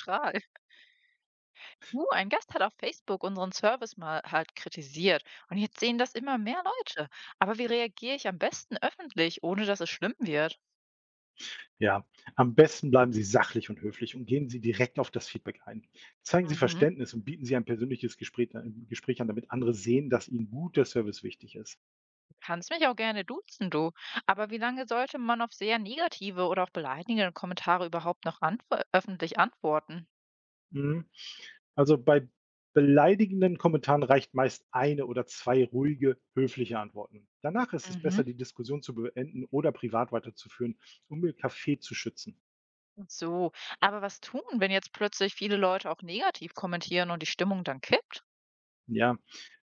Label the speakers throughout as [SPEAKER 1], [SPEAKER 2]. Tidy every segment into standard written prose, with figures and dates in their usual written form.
[SPEAKER 1] Strahl. Du, ein Gast hat auf Facebook unseren Service mal halt kritisiert und jetzt sehen das immer mehr Leute. Aber wie reagiere ich am besten öffentlich, ohne dass es schlimm wird?
[SPEAKER 2] Ja, am besten bleiben Sie sachlich und höflich und gehen Sie direkt auf das Feedback ein. Zeigen Sie
[SPEAKER 1] Mhm.
[SPEAKER 2] Verständnis und bieten Sie ein persönliches Gespräch an, damit andere sehen, dass Ihnen guter Service wichtig ist.
[SPEAKER 1] Du kannst mich auch gerne duzen, du. Aber wie lange sollte man auf sehr negative oder auch beleidigende Kommentare überhaupt noch antwo öffentlich antworten?
[SPEAKER 2] Mhm. Also bei beleidigenden Kommentaren reicht meist eine oder zwei ruhige, höfliche Antworten. Danach ist es
[SPEAKER 1] Mhm.
[SPEAKER 2] besser, die Diskussion zu beenden oder privat weiterzuführen, um Ihr Café zu schützen.
[SPEAKER 1] So, aber was tun, wenn jetzt plötzlich viele Leute auch negativ kommentieren und die Stimmung dann kippt?
[SPEAKER 2] Ja,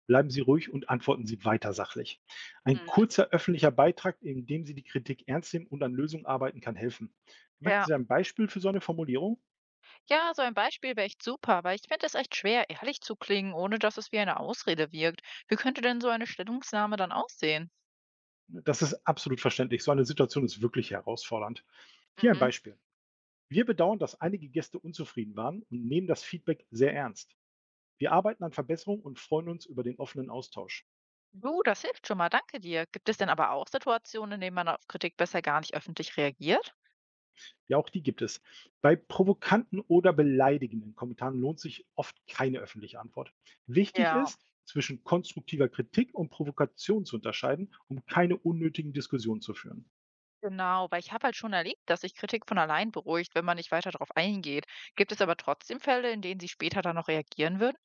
[SPEAKER 2] bleiben Sie ruhig und antworten Sie weiter sachlich. Ein
[SPEAKER 1] Mhm.
[SPEAKER 2] kurzer öffentlicher Beitrag, in dem Sie die Kritik ernst nehmen und an Lösungen arbeiten, kann helfen. Möchten
[SPEAKER 1] Ja.
[SPEAKER 2] Sie ein Beispiel für so eine Formulierung?
[SPEAKER 1] Ja, so ein Beispiel wäre echt super, weil ich finde es echt schwer, ehrlich zu klingen, ohne dass es wie eine Ausrede wirkt. Wie könnte denn so eine Stellungnahme dann aussehen?
[SPEAKER 2] Das ist absolut verständlich. So eine Situation ist wirklich herausfordernd. Hier ein
[SPEAKER 1] Mhm.
[SPEAKER 2] Beispiel. Wir bedauern, dass einige Gäste unzufrieden waren und nehmen das Feedback sehr ernst. Wir arbeiten an Verbesserungen und freuen uns über den offenen Austausch.
[SPEAKER 1] Du, das hilft schon mal, danke dir. Gibt es denn aber auch Situationen, in denen man auf Kritik besser gar nicht öffentlich reagiert?
[SPEAKER 2] Ja, auch die gibt es. Bei provokanten oder beleidigenden Kommentaren lohnt sich oft keine öffentliche Antwort. Wichtig
[SPEAKER 1] Ja,
[SPEAKER 2] ist, zwischen konstruktiver Kritik und Provokation zu unterscheiden, um keine unnötigen Diskussionen zu führen.
[SPEAKER 1] genau, weil ich habe halt schon erlebt, dass sich Kritik von allein beruhigt, wenn man nicht weiter darauf eingeht. Gibt es aber trotzdem Fälle, in denen sie später dann noch reagieren würden?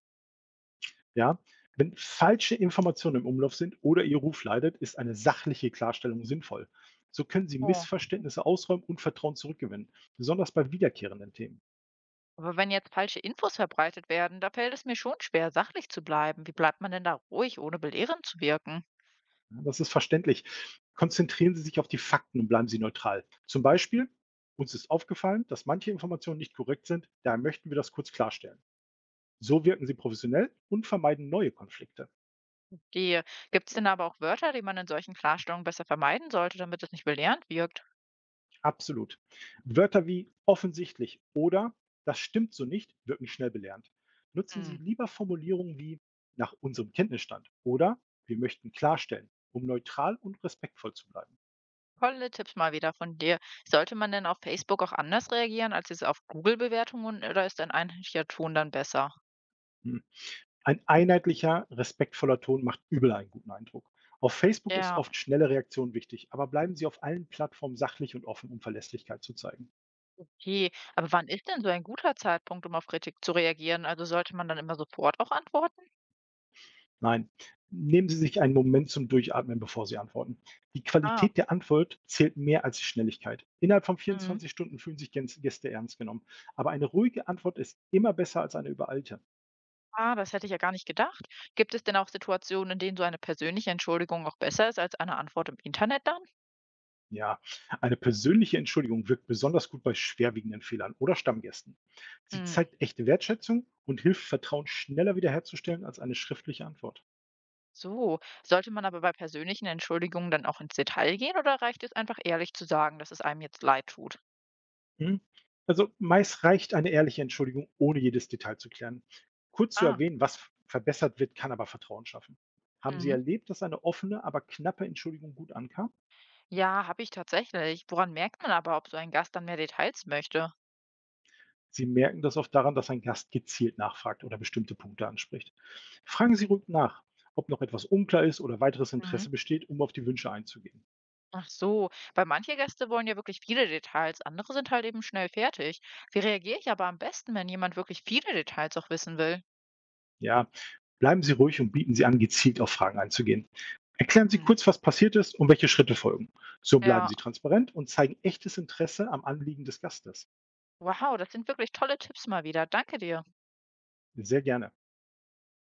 [SPEAKER 2] Ja, wenn falsche Informationen im Umlauf sind oder Ihr Ruf leidet, ist eine sachliche Klarstellung sinnvoll. So können Sie
[SPEAKER 1] Oh,
[SPEAKER 2] Missverständnisse ausräumen und Vertrauen zurückgewinnen, besonders bei wiederkehrenden Themen.
[SPEAKER 1] aber wenn jetzt falsche Infos verbreitet werden, da fällt es mir schon schwer, sachlich zu bleiben. Wie bleibt man denn da ruhig, ohne belehrend zu wirken?
[SPEAKER 2] Ja, das ist verständlich. Konzentrieren Sie sich auf die Fakten und bleiben Sie neutral. Zum Beispiel, uns ist aufgefallen, dass manche Informationen nicht korrekt sind, daher möchten wir das kurz klarstellen. So wirken Sie professionell und vermeiden neue Konflikte.
[SPEAKER 1] Die Gibt es denn aber auch Wörter, die man in solchen Klarstellungen besser vermeiden sollte, damit es nicht belehrend wirkt?
[SPEAKER 2] Absolut. Wörter wie offensichtlich oder das stimmt so nicht wirken schnell belehrend. Nutzen Sie
[SPEAKER 1] Hm.
[SPEAKER 2] lieber Formulierungen wie nach unserem Kenntnisstand oder wir möchten klarstellen, um neutral und respektvoll zu bleiben.
[SPEAKER 1] Tolle Tipps mal wieder von dir. Sollte man denn auf Facebook auch anders reagieren als jetzt auf Google-Bewertungen oder ist ein einheitlicher Ton dann besser?
[SPEAKER 2] Hm. Ein einheitlicher, respektvoller Ton macht überall einen guten Eindruck. Auf Facebook ist
[SPEAKER 1] Ja,
[SPEAKER 2] oft schnelle Reaktion wichtig, aber bleiben Sie auf allen Plattformen sachlich und offen, um Verlässlichkeit zu zeigen.
[SPEAKER 1] okay. Aber wann ist denn so ein guter Zeitpunkt, um auf Kritik zu reagieren? Also sollte man dann immer sofort auch antworten?
[SPEAKER 2] Nein, nehmen Sie sich einen Moment zum Durchatmen, bevor Sie antworten. Die
[SPEAKER 1] Ah,
[SPEAKER 2] Qualität der Antwort zählt mehr als die Schnelligkeit. Innerhalb von
[SPEAKER 1] mhm.
[SPEAKER 2] 24 Stunden fühlen sich Gäste ernst genommen. Aber eine ruhige Antwort ist immer besser als eine übereilte.
[SPEAKER 1] Ah, das hätte ich ja gar nicht gedacht. Gibt es denn auch Situationen, in denen so eine persönliche Entschuldigung auch besser ist als eine Antwort im Internet dann?
[SPEAKER 2] Ja, eine persönliche Entschuldigung wirkt besonders gut bei schwerwiegenden Fehlern oder Stammgästen. Sie zeigt echte Wertschätzung und hilft, Vertrauen schneller wiederherzustellen als eine schriftliche Antwort.
[SPEAKER 1] So, sollte man aber bei persönlichen Entschuldigungen dann auch ins Detail gehen oder reicht es einfach ehrlich zu sagen, dass es einem jetzt leid tut?
[SPEAKER 2] Hm? Also meist reicht eine ehrliche Entschuldigung, ohne jedes Detail zu klären. Kurz zu
[SPEAKER 1] Ah,
[SPEAKER 2] erwähnen, was verbessert wird, kann aber Vertrauen schaffen. Haben Sie
[SPEAKER 1] mhm.
[SPEAKER 2] erlebt, dass eine offene, aber knappe Entschuldigung gut ankam?
[SPEAKER 1] Ja, habe ich tatsächlich. Woran merkt man aber, ob so ein Gast dann mehr Details möchte?
[SPEAKER 2] Sie merken das oft daran, dass ein Gast gezielt nachfragt oder bestimmte Punkte anspricht. Fragen Sie ruhig nach, ob noch etwas unklar ist oder weiteres
[SPEAKER 1] Mhm.
[SPEAKER 2] Interesse besteht, um auf die Wünsche einzugehen.
[SPEAKER 1] Ach so, weil manche Gäste wollen ja wirklich viele Details, andere sind halt eben schnell fertig. Wie reagiere ich aber am besten, wenn jemand wirklich viele Details auch wissen will?
[SPEAKER 2] Ja, bleiben Sie ruhig und bieten Sie an, gezielt auf Fragen einzugehen. Erklären Sie
[SPEAKER 1] Mhm.
[SPEAKER 2] kurz, was passiert ist und welche Schritte folgen. So bleiben
[SPEAKER 1] Ja,
[SPEAKER 2] Sie transparent und zeigen echtes Interesse am Anliegen des Gastes.
[SPEAKER 1] wow, das sind wirklich tolle Tipps mal wieder. Danke dir.
[SPEAKER 2] Sehr gerne.